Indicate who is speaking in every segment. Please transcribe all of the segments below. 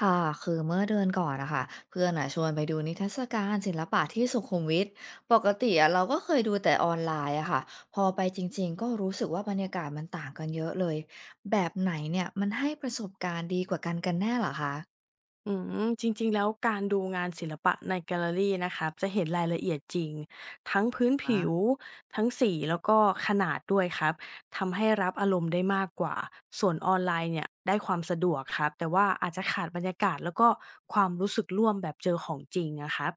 Speaker 1: ค่ะคือเมื่อเดือนก่อนนะคะเพื่อนอ่ะชวนไปดูนิทรรศการศิลปะที่สุขุมวิทปกติอ่ะเราก็เคยดูแต่ออนไลน์อะค่ะพอไปจริงๆก็รู้สึกว่าบรรยากาศมันต่างกันเยอะเลยแบบไหนเนี่ยมันให้ประสบการณ์ดีกว่ากันแน่เหรอคะ
Speaker 2: จริงๆแล้วการดูงานศิลปะในแกลเลอรีนะครับจะเห็นรายละเอียดจริงทั้งพื้นผิว
Speaker 1: นะ
Speaker 2: ทั้งสีแล้วก็ขนาดด้วยครับทำให้รับอารมณ์ได้มากกว่าส่วนออนไลน์เนี่ยได้ความสะดวกครับแต่ว่าอาจจะขาดบรรยากาศแล้วก็ความรู้สึกร่วมแบบเจอของจริงนะครับ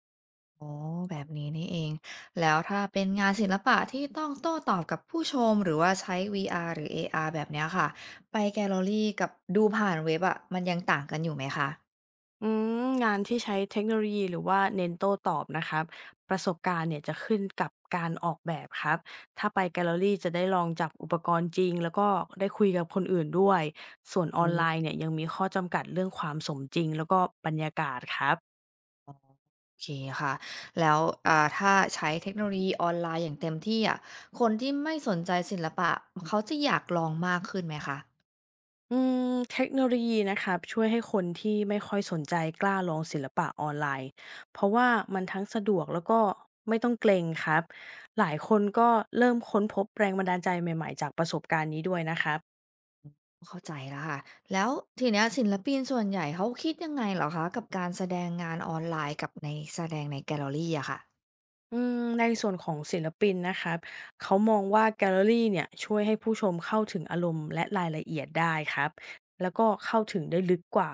Speaker 1: อ๋อแบบนี้นี่เองแล้วถ้าเป็นงานศิลปะที่ต้องโต้ตอบกับผู้ชมหรือว่าใช้ VR หรือ AR แบบเนี้ยค่ะไปแกลเลอรี่กับดูผ่านเว็บอะมันยังต่างกันอยู่ไหมคะ
Speaker 2: อืงานที่ใช้เทคโนโลยีหรือว่าเน้นโต้ตอบนะครับประสบการณ์เนี่ยจะขึ้นกับการออกแบบครับถ้าไปแกลเลอรี่จะได้ลองจับอุปกรณ์จริงแล้วก็ได้คุยกับคนอื่นด้วยส่วนออนไลน์เนี่ยยังมีข้อจำกัดเรื่องความสมจริงแล้วก็บรรยากาศครับ
Speaker 1: โอเคค่ะแล้วถ้าใช้เทคโนโลยีออนไลน์อย่างเต็มที่อะคนที่ไม่สนใจศิลปะเขาจะอยากลองมากขึ้นไหมคะ
Speaker 2: อืเทคโนโลยีนะครับช่วยให้คนที่ไม่ค่อยสนใจกล้าลองศิลปะออนไลน์เพราะว่ามันทั้งสะดวกแล้วก็ไม่ต้องเกรงครับหลายคนก็เริ่มค้นพบแรงบันดาลใจใหม่ๆจากประสบการณ์นี้ด้วยนะครับ
Speaker 1: เข้าใจแล้วค่ะแล้วทีเนี้ยศิลปินส่วนใหญ่เขาคิดยังไงเหรอคะกับการแสดงงานออนไลน์กับในแสดงในแกลเลอรีอะค่ะ
Speaker 2: ในส่วนของศิลปินนะครับเขามองว่าแกลเลอรีเนี่ยช่วยให้ผู้ชมเข้าถึงอารมณ์และรายละเอียดได้ครับ แล้วก็เข้าถึงได้ลึกกว่า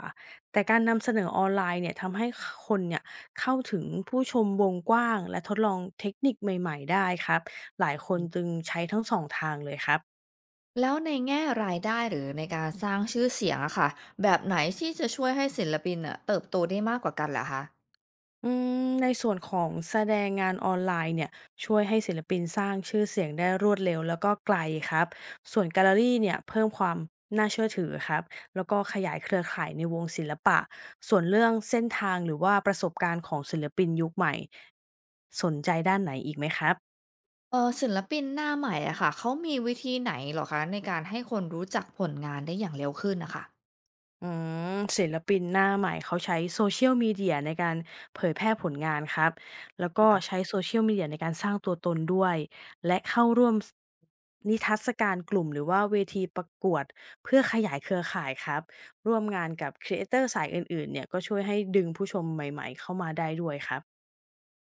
Speaker 2: แต่การนำเสนอออนไลน์เนี่ยทำให้คนเนี่ยเข้าถึงผู้ชมวงกว้างและทดลองเทคนิคใหม่ๆได้ครับหลายคนจึงใช้ทั้งสองทางเลยครับ
Speaker 1: แล้วในแง่รายได้หรือในการสร้างชื่อเสียงอะค่ะแบบไหนที่จะช่วยให้ศิลปินน่ะเติบโตได้มากกว่ากันเหรอคะ
Speaker 2: อืในส่วนของแสดงงานออนไลน์เนี่ยช่วยให้ศิลปินสร้างชื่อเสียงได้รวดเร็วแล้วก็ไกลครับส่วนแกลเลอรี่เนี่ยเพิ่มความน่าเชื่อถือครับแล้วก็ขยายเครือข่ายในวงศิลปะส่วนเรื่องเส้นทางหรือว่าประสบการณ์ของศิลปินยุคใหม่สนใจด้านไหนอีกไหมครับ
Speaker 1: ศิลปินหน้าใหม่อะค่ะเขามีวิธีไหนเหรอคะในการให้คนรู้จักผลงานได้อย่างเร็วขึ้นน่ะค่ะ
Speaker 2: อืศิลปินหน้าใหม่เขาใช้ Social Media ในการเผยแพร่ผลงานครับ แล้วก็ใช้
Speaker 1: ค่ะ
Speaker 2: Social Media ในการสร้างตัวตนด้วย และเข้าร่วมนิทรรศการกลุ่มหรือว่าเวทีประกวดเพื่อขยายเครือข่ายครับ ร่วมงานกับครีเอเตอร์สายอื่นๆเนี่ยก็ช่วยให้ดึงผู้ชมใหม่ๆเข้ามาได้ด้วยครับ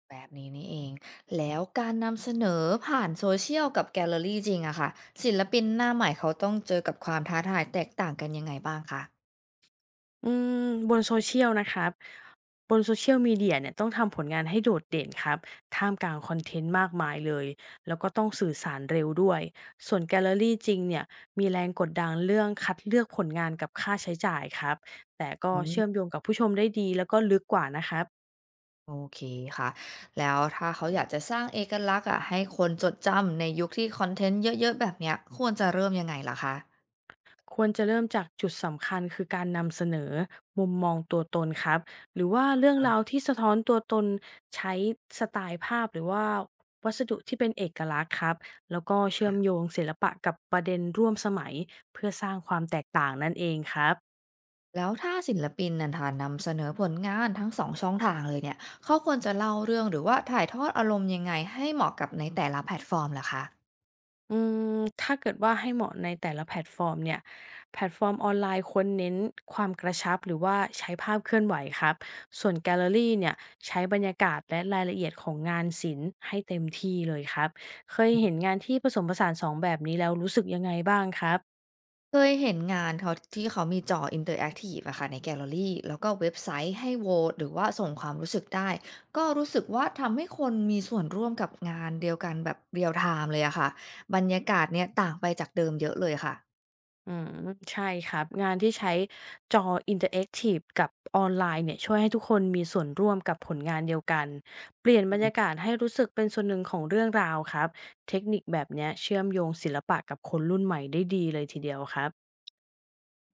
Speaker 1: แบบนี้นี่เองแล้วการนำเสนอผ่านโซเชียลกับแกลเลอรีจริงอะค่ะศิลปินหน้าใหม่เขาต้องเจอกับความท้าทายแตกต่างกันยังไงบ้างคะ
Speaker 2: อืมบนโซเชียลนะครับบนโซเชียลมีเดียเนี่ยต้องทำผลงานให้โดดเด่นครับท่ามกลางคอนเทนต์มากมายเลยแล้วก็ต้องสื่อสารเร็วด้วยส่วนแกลเลอรี่จริงเนี่ยมีแรงกดดันเรื่องคัดเลือกผลงานกับค่าใช้จ่ายครับแต่ก็
Speaker 1: อืม
Speaker 2: เชื่อมโยงกับผู้ชมได้ดีแล้วก็ลึกกว่านะครับ
Speaker 1: โอเคค่ะแล้วถ้าเขาอยากจะสร้างเอกลักษณ์อะให้คนจดจำในยุคที่คอนเทนต์เยอะๆแบบเนี้ยควรจะเริ่มยังไงล่ะคะ
Speaker 2: ควรจะเริ่มจากจุดสำคัญคือการนำเสนอมุมมองตัวตนครับหรือว่าเรื่องราวที่สะท้อนตัวตนใช้สไตล์ภาพหรือว่าวัสดุที่เป็นเอกลักษณ์ครับแล้วก็เชื่อ
Speaker 1: ค่ะ
Speaker 2: มโยงศิลปะกับประเด็นร่วมสมัยเพื่อสร้างความแตกต่างนั่นเองครับ
Speaker 1: แล้วถ้าศิลปินนันท่นำเสนอผลงานทั้ง2ช่องทางเลยเนี่ยเขาควรจะเล่าเรื่องหรือว่าถ่ายทอดอารมณ์ยังไงให้เหมาะกับในแต่ละแพลตฟอร์มล่ะคะ
Speaker 2: อืมถ้าเกิดว่าให้เหมาะในแต่ละแพลตฟอร์มเนี่ยแพลตฟอร์มออนไลน์ควรเน้นความกระชับหรือว่าใช้ภาพเคลื่อนไหวครับส่วนแกลเลอรี่เนี่ยใช้บรรยากาศและรายละเอียดของงานศิลป์ให้เต็มที่เลยครับเคยเห็นงานที่ผสมผสานสองแบบนี้แล้วรู้สึกยังไงบ้างครับ
Speaker 1: เคยเห็นงานเขาที่เขามีจออินเตอร์แอคทีฟอะค่ะในแกลเลอรี่แล้วก็เว็บไซต์ให้โหวตหรือว่าส่งความรู้สึกได้ก็รู้สึกว่าทำให้คนมีส่วนร่วมกับงานเดียวกันแบบเรียลไทม์เลยอะค่ะบรรยากาศเนี่ยต่างไปจากเดิมเยอะเลยค่ะ
Speaker 2: อืมใช่ครับงานที่ใช้จออินเทอร์แอกทีฟกับออนไลน์เนี่ยช่วยให้ทุกคนมีส่วนร่วมกับผลงานเดียวกันเปลี่ยน
Speaker 1: อื
Speaker 2: บรร
Speaker 1: ม
Speaker 2: ยากาศให้รู้สึกเป็นส่วนหนึ่งของเรื่องราวครับเทคนิคแบบเนี้ยเชื่อมโยงศิลปะกับคนรุ่นใหม่ได้ดีเลยทีเดียวครับ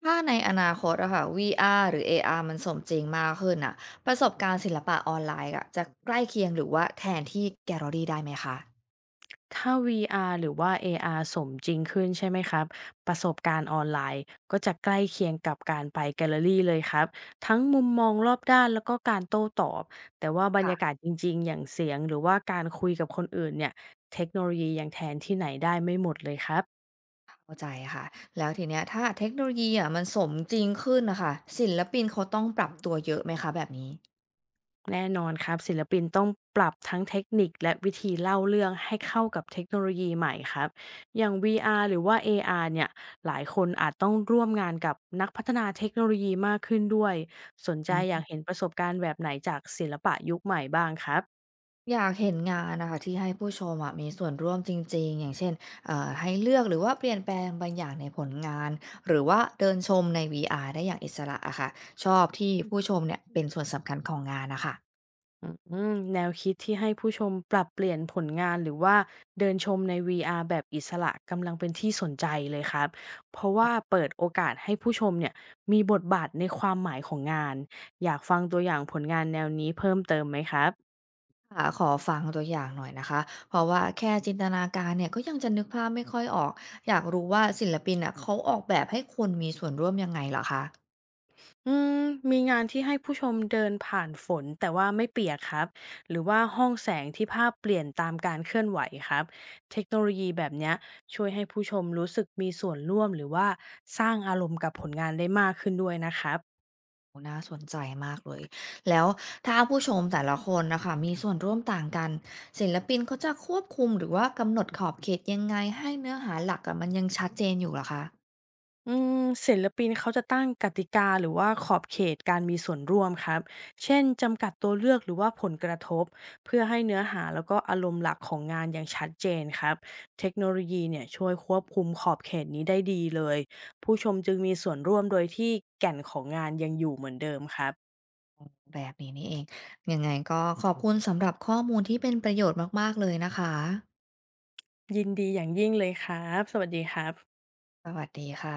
Speaker 1: ถ้าในอนาคตอะค่ะ VR หรือ AR มันสมจริงมากขึ้นอะประสบการณ์ศิลปะออนไลน์อะจะใกล้เคียงหรือว่าแทนที่แกลเลอรี่ได้ไหมคะ
Speaker 2: ถ้า VR หรือว่า AR สมจริงขึ้นใช่ไหมครับ ประสบการณ์ออนไลน์ก็จะใกล้เคียงกับการไปแกลเลอรี่เลยครับ ทั้งมุมมองรอบด้านแล้วก็การโต้ตอบ แต่ว่าบรรยากา
Speaker 1: ค่ะ
Speaker 2: ศจริงๆ อย่างเสียงหรือว่าการคุยกับคนอื่นเนี่ยเทคโนโลยียังแทนที่ไหนได้ไม่หมดเลยครับ
Speaker 1: เข้าใจค่ะแล้วทีเนี้ยถ้าเทคโนโลยีอะมันสมจริงขึ้นนะคะศิลปินเขาต้องปรับตัวเยอะไหมคะแบบนี้
Speaker 2: แน่นอนครับศิลปินต้องปรับทั้งเทคนิคและวิธีเล่าเรื่องให้เข้ากับเทคโนโลยีใหม่ครับอย่าง VR หรือว่า AR เนี่ยหลายคนอาจต้องร่วมงานกับนักพัฒนาเทคโนโลยีมากขึ้นด้วยสนใจ
Speaker 1: อื
Speaker 2: อยา
Speaker 1: ม
Speaker 2: กเห็นประสบการณ์แบบไหนจากศิลปะยุคใหม่บ้างครับ
Speaker 1: อยากเห็นงานนะคะที่ให้ผู้ชมอะมีส่วนร่วมจริงๆอย่างเช่นให้เลือกหรือว่าเปลี่ยนแปลงบางอย่างในผลงานหรือว่าเดินชมใน VR ได้อย่างอิสระอะค่ะชอบที่ผู้ชมเนี่ยเป็นส่วนสำคัญของงานนะคะ
Speaker 2: อืแนวคิดที่ให้ผู้ชมปรับเปลี่ยนผลงานหรือว่าเดินชมใน VR แบบอิสระกำลังเป็นที่สนใจเลยครับเพราะว่าเปิดโอกาสให้ผู้ชมเนี่ยมีบทบาทในความหมายของงานอยากฟังตัวอย่างผลงานแนวนี้เพิ่มเติมไหมครับ
Speaker 1: ค่ะขอฟังตัวอย่างหน่อยนะคะเพราะว่าแค่จินตนาการเนี่ยก็ยังจะนึกภาพไม่ค่อยออกอยากรู้ว่าศิลปินอ่ะเขาออกแบบให้คนมีส่วนร่วมยังไงเหรอคะ
Speaker 2: อืมมีงานที่ให้ผู้ชมเดินผ่านฝนแต่ว่าไม่เปียกครับหรือว่าห้องแสงที่ภาพเปลี่ยนตามการเคลื่อนไหวครับเทคโนโลยีแบบเนี้ยช่วยให้ผู้ชมรู้สึกมีส่วนร่วมหรือว่าสร้างอารมณ์กับผลงานได้มากขึ้นด้วยนะครับ
Speaker 1: โอ้น่าสนใจมากเลย แล้วถ้าผู้ชมแต่ละคนนะคะ มีส่วนร่วมต่างกันศิลปินเขาจะควบคุมหรือว่ากำหนดขอบเขตยังไงให้เนื้อหาหลักอะมันยังชัดเจนอยู่เหรอคะ
Speaker 2: อืมศิลปินเขาจะตั้งกติกาหรือว่าขอบเขตการมีส่วนร่วมครับเช่นจำกัดตัวเลือกหรือว่าผลกระทบเพื่อให้เนื้อหาแล้วก็อารมณ์หลักของงานอย่างชัดเจนครับเทคโนโลยีเนี่ยช่วยควบคุมขอบเขตนี้ได้ดีเลยผู้ชมจึงมีส่วนร่วมโดยที่แก่นของงานยังอยู่เหมือนเดิมครับ
Speaker 1: แบบนี้นี่เอง ยังไงก็ขอบคุณสำหรับข้อมูลที่เป็นประโยชน์มากๆเลยนะคะ
Speaker 2: ยินดีอย่างยิ่งเลยครับสวัสดีครับ
Speaker 1: สวัสดีค่ะ